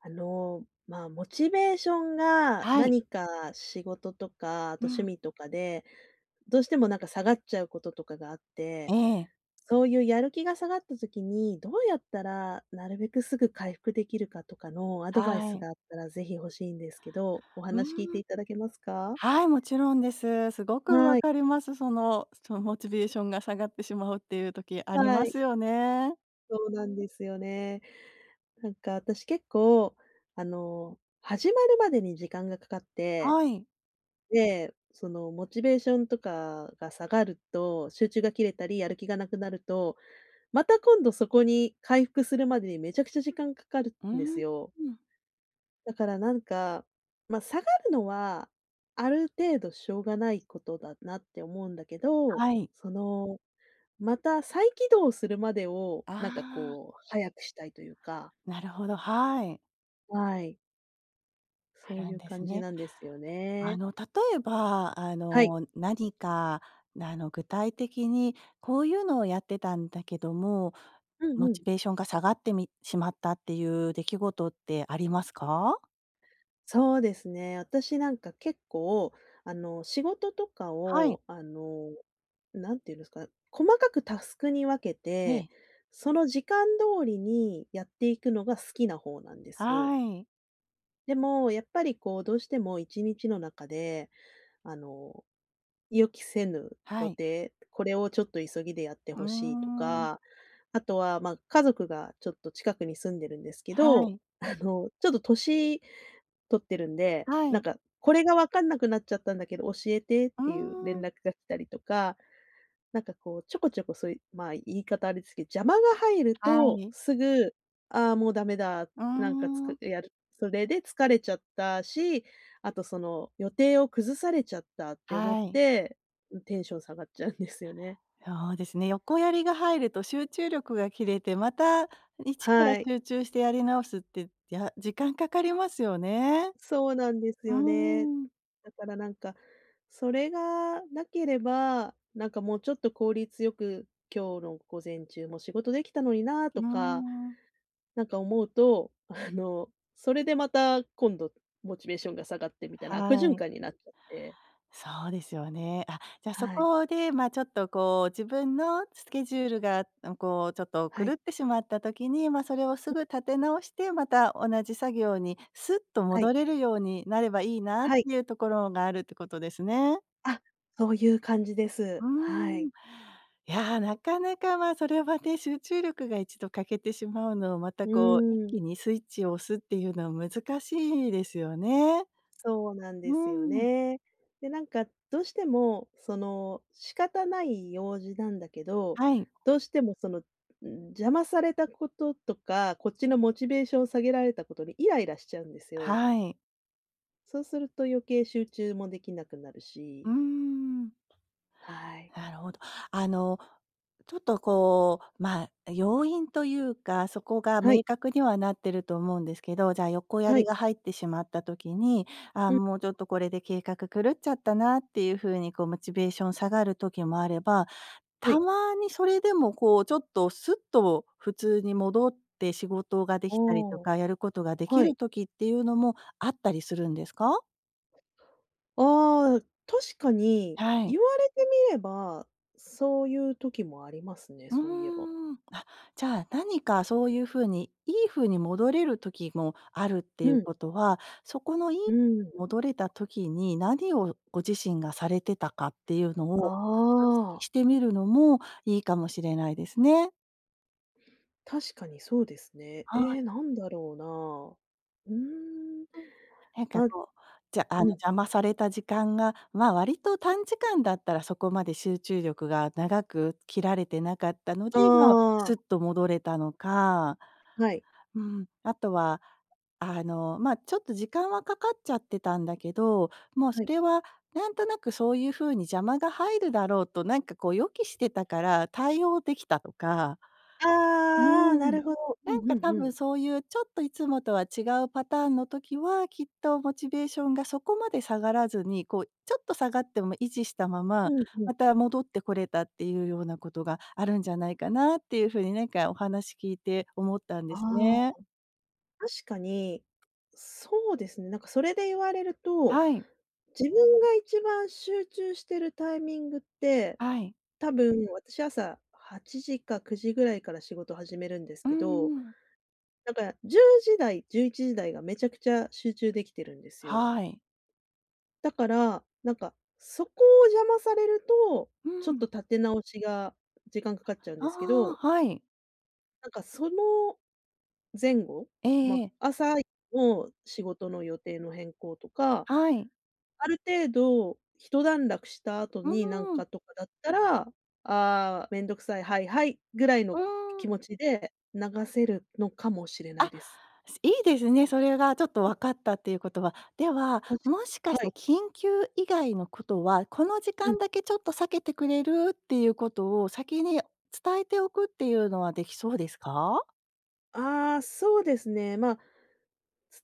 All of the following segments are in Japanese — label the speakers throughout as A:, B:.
A: モチベーションが
B: はい。
A: 何か仕事とか、あ
B: う
A: と趣
B: ん。
A: 味とかで、どうしてもなんか下がっちゃうこととかがあっ
B: え
A: て、
B: え、
A: そういうやる気が下がった時に、どうやったらなるべくすぐ回復できるかとかのアドバイ
B: は
A: ス
B: い。
A: があったらぜひ欲しいんですけど、お
B: う
A: 話聞い
B: ー
A: て
B: ん。
A: いただけますか？
B: はい、もちろんです。すごくわ
A: はい、
B: かります。そのモチベーションが下がってしまうっていう時あり
A: は
B: ま
A: い、
B: すよね。
A: そうなんですよね。なんか私結構、始まるまでに時間がかかって
B: はい。
A: で、そのモチベーションとかが下がると、集中が切れたり、やる気がなくなると、また今度そこに回復するまでにめちゃくちゃ時間かかる
B: うー
A: んです
B: ん。
A: よ。だからなんか、まあ、下がるのは、ある程度しょうがないことだなって思うんだけど、
B: はい。
A: その、また再起動するまでを、
B: あ
A: なんか
B: あ、
A: こう、早くしたいというか、
B: なるほど、はい。
A: はい、
B: あ
A: そう
B: る
A: い
B: ん
A: う
B: です
A: 感じ
B: ね。
A: なんですよね。
B: 例えば、
A: はい。
B: 何か、具体的にこういうのをやってたんだけども、
A: うん
B: モ
A: うん。
B: チベーションが下がってみしまったっていう出来事ってありますか？
A: そうですね。私なんか結構、仕事とか
B: はい。
A: を、なんていうんですか、細かくタスクに分けて、
B: ね
A: その時間通りにやっていくのが好きな方なんですよ。
B: はい。
A: でも、やっぱりこう、どうしても1日の中で、あの、予期せぬ
B: は
A: 予
B: い。
A: 定、これをちょっと急ぎでやって
B: うー
A: ほしいと
B: ん。
A: か、あとは、家族がちょっと近くに住んでるんですけ
B: は
A: ど、
B: い。
A: ちょっと年取ってるんで、
B: は
A: なん
B: い。
A: か、これが分かんなくなっちゃったんだけど教えてっ
B: う
A: ていう
B: ー
A: 連
B: ん。
A: 絡が来たりとか、なんかこう、ちょこちょこそういう、まあ、言い方あれですけど、邪魔が入る
B: は
A: と
B: い。
A: すぐ、ああ、もうダメだ、
B: うー
A: なんかつ
B: ん。
A: くやるそれで疲れちゃったし、あとその、予定を崩されちゃったって思っ
B: はい。
A: て、テンション下がっちゃうんですよね。
B: そうですね、横やりが入ると集中力が切れて、また一から
A: はい。
B: 集中してやり直すって、時間かかりますよね。
A: そうなんです
B: うー
A: よね。
B: ん。
A: だからなんか、それがなければ、なんかもうちょっと効率よく、今日の午前中も仕事できたのにな
B: う
A: と
B: ー
A: か、
B: ん。
A: なんか思うと、それでまた今度モチベーションが下がってみたいな悪
B: は
A: 循
B: い。
A: 環になっちゃって。
B: そうですよね。あ、じゃあそ
A: はい。
B: こで、ま、ちょっとこう自分のスケジュールが、うん、こうちょっと
A: は
B: 狂
A: い。
B: ってしまった時に、ま、それをすぐ立て直して、また同じ作業にスッと
A: は
B: 戻
A: い。
B: れるようになればいいなっ
A: はい。
B: ていうところがあるってことですね。
A: あ、そういう感じで
B: う
A: す。は
B: ーん。
A: い。
B: いやー、なかなか、ま、それはね、集中力が一度欠けてしまうのを、また
A: う
B: こう一
A: ーん。
B: 気にスイッチを押すっていうのは難しいですよね。
A: そうなんで
B: う
A: すよ
B: ん。
A: ね。で、なんかどうしても、仕方ない用事なんだけど、
B: はい。
A: どうしてもその、邪魔されたこととか、こっちのモチベーションを下げられたことにイライラしちゃうんですよ。
B: はい。
A: そうすると余計集中もできなくなる
B: うー
A: し、
B: ん。
A: はい。
B: なるほど。あの、ちょっとこう、まあ、要因というか、そこが
A: は
B: 明
A: い、
B: 確にはなってると思うんですけど、じゃあ横や
A: は
B: り
A: い、
B: が入ってしまった時に、あ
A: うん、
B: もうちょっとこれで計画狂っちゃったなっていう風にこうモチベーション下がる時もあれば、
A: は
B: た
A: い。
B: まにそれでもこうちょっとスッと普通に戻って仕事がで
A: あ
B: きたりと
A: あ、
B: か、やることができ
A: は
B: る
A: い。
B: 時っていうのもあったりするんですか？
A: ああ、確かに
B: はい。
A: 言われてみれば、そういう時もありますね、
B: う
A: そういえば。
B: ーん。あ、じゃあ、何かそういう風に、いい風に戻れる時もあるって
A: う
B: いう
A: ん、
B: ことは、そこのいい
A: うん。
B: 戻れた時に何をご自身がされてたかっていうの
A: あ
B: を分析
A: あ。
B: してみるのもいいかもしれないですね。
A: 確かにそうですね。え
B: は
A: え、
B: い。
A: なんだろうな。うーん、
B: うんなんか
A: ま
B: こう、じゃあの、
A: うん。
B: 邪魔された時間が、ま、割と短時間だったらそこまで集中力が長く切られてなかったの
A: あ
B: で、まあ、す
A: あ、
B: っと戻れたのか、
A: はい、
B: うん、あとはまあ、ちょっと時間はかかっちゃってたんだけど、もう
A: は
B: そ
A: い。
B: れはなんとなくそういう風に邪魔が入るだろうと、なんかこう予期してたから対応できたとかう
A: ああな
B: ーん。
A: るほど。うん
B: なんか
A: う
B: 多
A: んう
B: 分
A: ん。
B: そういうちょっといつもとは違うパターンの時は、きっとモチベーションがそこまで下がらずに、こうちょっと下がっても維持したまま、
A: うんうん。
B: また戻ってこれたっていうようなことがあるんじゃないかなっていう風になんかお話聞いて思ったんで
A: あ
B: す
A: あ、
B: ね。
A: 確かに、そうですね、なんかそれで言われると、
B: はい、
A: 自分が一番集中してるタイミングって、
B: はい。
A: 多分私朝8時か9時ぐらいから仕事始めるんです
B: うん
A: けど、
B: うん。
A: だから10時台、11時台がめちゃくちゃ集中できてるんですよ。
B: はい。
A: だから、なんか、そこを邪魔されると、
B: う
A: ちょっ
B: ん。
A: と立て直しが時間かかっちゃうん
B: あ
A: ですけ
B: あ、
A: ど、
B: はい。
A: なんかその前後、
B: ええ
A: ま、
B: ええ。
A: 朝の仕事の予定の変更とか、
B: はい。
A: ある程度一段落した後
B: う
A: になん
B: ーん。
A: かとかだったら、ああ、めんどくさい、はいはい、ぐらい
B: う
A: の
B: ーん。
A: 気持ちで流せるのかもしれな
B: あ、
A: いです。
B: すいいですね、それがちょっと分かったっていうことは。では、
A: 確
B: もしか
A: かに。
B: し
A: は
B: て
A: い。
B: 緊急以外のことは、この時
A: うん。
B: 間だけちょっと避けてくれるっていうことを先に伝えておくっていうのはできそうですか？
A: ああ、そうですね。ま、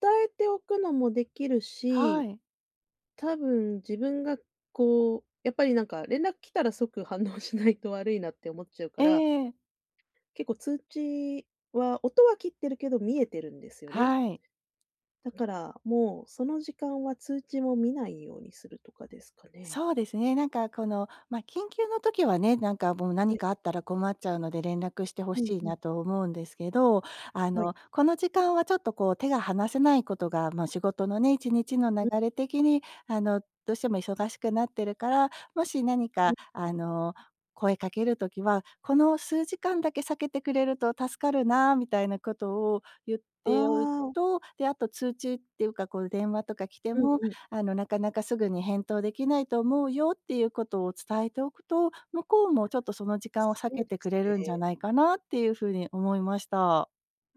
A: 伝えておくのもできる
B: は
A: し
B: い。
A: 多分自分がこう、やっぱりなんか連絡来たら即反応しないと悪いなって思っちゃうか
B: え
A: ら、
B: え。
A: 結構通知は音は切ってるけど見えてるんですよね。
B: はい。
A: だからもうその時間は通知も見ないようにするとかですかね。
B: そうですね。なんかこの、まあ、緊急の時はね、なんかもう何
A: はい。
B: かあったら困っちゃうので連絡してほ
A: うん
B: しい
A: うん。
B: なと思うんですけど、
A: はい。
B: この時間はちょっとこう手が離せないことが、まあ、仕事のね、1日の流
A: うん
B: れ的に、どうしても忙しくなってるから、もし何
A: う
B: か
A: ん。
B: 声かけるときは、この数時間だけ避けてくれると助かるなみたいなことを言っ
A: あ
B: ておいて
A: あ、
B: と、で、あと通知っていうかこう電話とか来て
A: うん
B: も、
A: うん。
B: なかなかすぐに返答できないと思うよっていうことを伝えておくと、向こうもちょっとその時間を避
A: そ
B: け
A: うで
B: てく
A: す
B: れるんじゃ
A: ね。
B: ないかなっていうふうに思いました。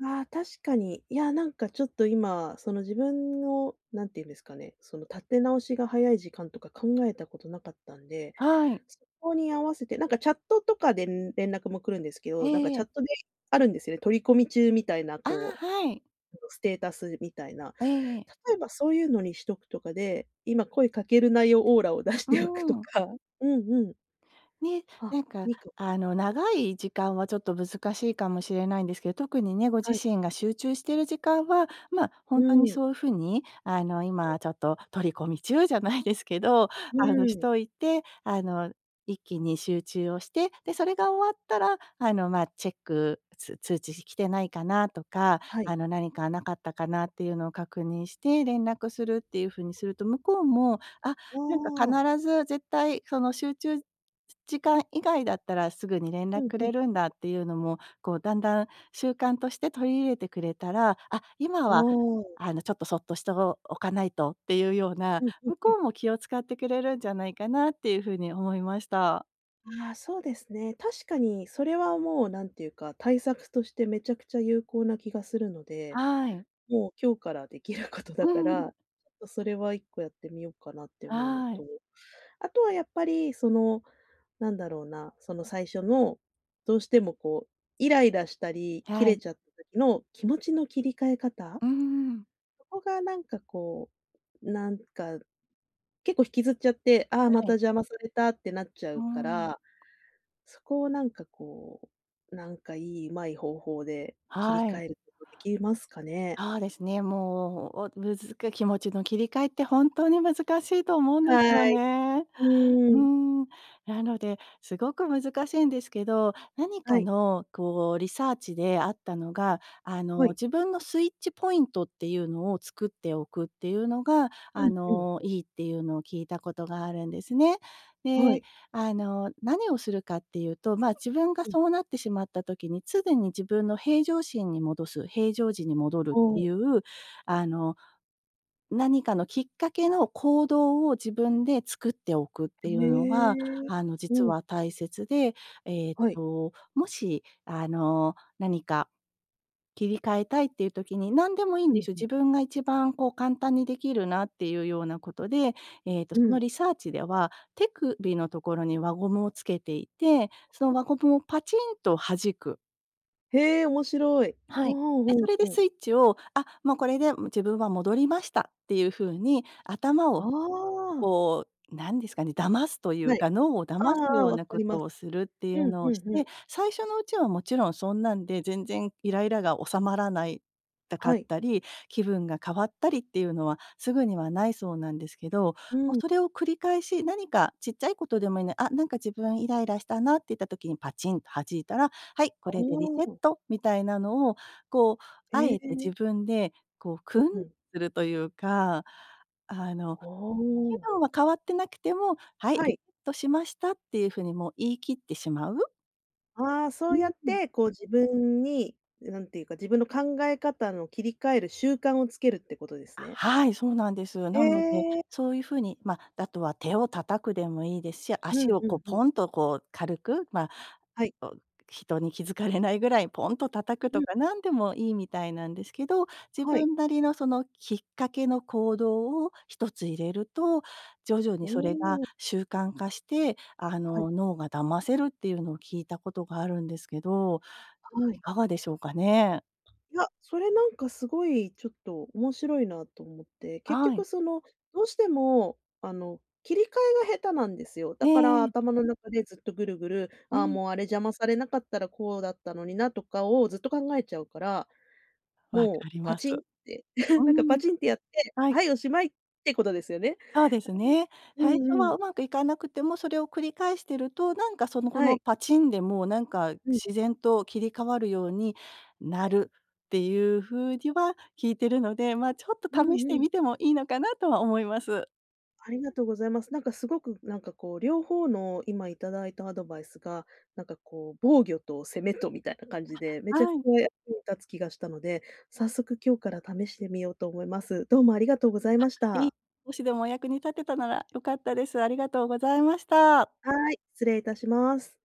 A: ああ、確かに。いや、なんかちょっと今、その自分の、なんていうんですかね、その立て直しが早い時間とか考えたことなかったんで、
B: はい。
A: そこに合わせて、なんかチャットとかで連絡も来るんですけど、なんかチ
B: え
A: ャット
B: え
A: であるんですよね、取り込み中みたいな、
B: ああ、
A: こ
B: はい。
A: う、ステータスみたいな。
B: ええ。
A: 例えばそういうのにしとくとかで、今声かけるなよオーラを出し
B: う
A: ておくと
B: ー
A: か。
B: ん。
A: うんうん。
B: ね、
A: あ、
B: なんか
A: いいかも。
B: 長い時間はちょっと難しいかもしれないんですけど、特にね、ご自
A: はい。
B: 身が集中してる時間は、まあ、ほ
A: う
B: んとに
A: ん。
B: そういう風に、今ちょっと取り込み中じゃないですけど、
A: う
B: し
A: ん。
B: といて、一気に集中をして、で、それが終わったら、まあ、チェック、通知来てないかなとか、
A: はい。
B: 何かなかったかなっていうのを確認して連絡するっていう風にすると、向こうも、あ、
A: あ
B: なんか
A: あ。
B: 必ず絶対その集中時間以外だったらすぐに連
A: う
B: 絡
A: ん
B: く
A: うん。
B: れるんだっていうのも、こうだんだん習慣として取り入れてくれたら、あ、今
A: お
B: は
A: お、
B: ちょっとそっとしておかないとっていうような、
A: うんうん
B: 向
A: う
B: こ
A: ん。
B: うも気を使ってくれるんじゃないかなっていうふうに思いました。
A: ああ、そうですね。確かにそれはもうなんていうか、対策としてめちゃくちゃ有効な気がするので、
B: はい。
A: もう今日からできること
B: う
A: だか
B: ん。
A: ら、ちょっとそれは一個やってみようかなって思うの
B: はい。
A: と、あとはやっぱりその、なんだろうな、その最初の、どうしてもこう、イライラしたり、切
B: は
A: れ
B: い。
A: ちゃった時の気持ちの切り替え方、
B: うん。
A: そこがなんかこう、なんか結構引きずっちゃって、ああ、
B: は
A: また
B: い。
A: 邪魔されたってなっちゃ
B: う
A: うか
B: ん。
A: らそこをなんかこう、なんかいい、上手い方法で切り
B: は
A: 替
B: い。
A: えることできますかね？
B: そうですね、もう、おむずく気持ちの切り替えって本当に難しいと思うんですよ
A: はい。
B: ね。
A: う
B: うー
A: ーん。
B: ん、なので、すごく難しいんですけど、何
A: は
B: か
A: い。
B: のこうリサーチであったのが、
A: はい。
B: 自分のスイッチポイントっていうのを作っておくっていうのが、
A: うんうん。
B: いいっていうのを聞いたことがあるんですね。
A: は
B: で、
A: い。
B: 何をするかっていうと、まあ、自分が
A: うん。
B: そうなってしまった時に、常に自分の平常心に戻す、平常時に戻る
A: あ
B: ってい
A: あ、
B: う、あの何かのきっかけの行動を自分で作っておくってい
A: へ
B: うのが、
A: え。
B: 実
A: うん、
B: は大切で、
A: はい。
B: もし、何か切り替えたいっていう時に、何でもいいん
A: う
B: で
A: ん
B: すよ。
A: う
B: 自
A: ん。
B: 分が一番こう簡単にできるなっていうようなことで、
A: う
B: その
A: ん。
B: リサーチでは、手首のところに輪ゴムをつけていて、その輪ゴムをパチンと弾く。
A: へえ、面白い。
B: は
A: ほ
B: い。
A: お、
B: で、
A: ほ
B: そ
A: ん
B: れで
A: ほ
B: ス
A: ん。
B: イッチを、あ、もうこれで自分は戻りましたっていう風に頭を
A: ああ、
B: こう、なんですかね、騙すという
A: はい。
B: か、脳を騙
A: あ
B: す
A: あああ、
B: よう
A: 分か
B: なこ
A: りま
B: と
A: す。
B: をするってい
A: う
B: う
A: ん
B: のを
A: う
B: し
A: んうん。
B: て、最初のうちはもちろんそんなんで全然イライラが収まらないたかっ
A: はい。
B: たり、気分が変わったりっていうのはすぐにはないそうなんですけど、
A: う
B: もう
A: ん
B: それを繰り返し、何かちっちゃいことでもいいので、あ、なんか自分イライラしたなって言った時にパチンと弾いたら、はい、こ
A: ほ
B: れでリセッ
A: ああ、
B: トみたいなのを、こう、あ
A: え
B: えて
A: か
B: 自
A: り。
B: 分でこう
A: う
B: 訓練
A: んうん。
B: するというか、あの
A: あ
B: 気
A: あ。
B: 分は変わってなくても、はい、リ
A: は
B: セ
A: い。
B: ットしましたっていう風にもう言い切ってしまう。
A: ああ、
B: う
A: そうやっ
B: ん。
A: て、こう自分に、なんていうか、自分の考え方の切り替える習慣をつけるってことですね。
B: はい、そうなんです。
A: え
B: なので、
A: え。
B: そういう風に、ま、あとは手を叩くでもいいですし、
A: う
B: 足
A: ん
B: を
A: う
B: こう
A: んうん。
B: ポンとこう軽く、ま
A: はい。
B: お人に気づかれないぐらいポンと叩く
A: う
B: と
A: ん、
B: か何でもいいみたいなんですけど、自
A: はい。
B: 分なりのそのきっかけの行動を一つ入れると、徐々に
A: お
B: それが
A: お、
B: 習慣化して、
A: はい
B: 脳が騙せるっていうのを聞いたことがあるんですけど、
A: は
B: い
A: い。
B: かがでしょうかね？
A: いや、それなんかすごいちょっと面白いなと思って、結
B: はい。
A: 局その、どうしても、切り替えが下手なんですよ。
B: え
A: だか
B: え
A: ら
B: ええ。
A: 頭の中でずっとぐるぐる、
B: う
A: ああ、
B: ん。
A: もうあれ邪魔されなかったらこうだったのになとかをずっと考えちゃうから
B: わ
A: もう
B: かり
A: パ
B: ます。
A: チンって、
B: う
A: なんかパ
B: ん。
A: チンってやって、
B: はい。
A: はい、おしまいってことですよね。
B: そうですね。
A: う
B: 最初
A: んう
B: は
A: ん。
B: うまくいかなくても、それを繰り返してると、なんかそのこ
A: は
B: の
A: い。
B: パチンでもうなんか
A: うん、は
B: 自然と切り替わるようになる
A: い。
B: っていう風には聞いてるので、まあ、ちょっと
A: う
B: 試し
A: ん
B: て
A: うん。
B: みてもいいのかなとは思います。
A: ありがとうございます。なんかすごくなんかこう、両方の今いただいたアドバイスが、なんかこう、防御と攻めとみたいな感じで、めちゃく
B: はい。
A: ちゃ役に立つ気がしたので、早速今日から試してみようと思います。どうもありがとうございまし
B: いい
A: た。
B: もしでもお役に立てたなら良かったです。ありがとうございました。
A: はい、失礼いたします。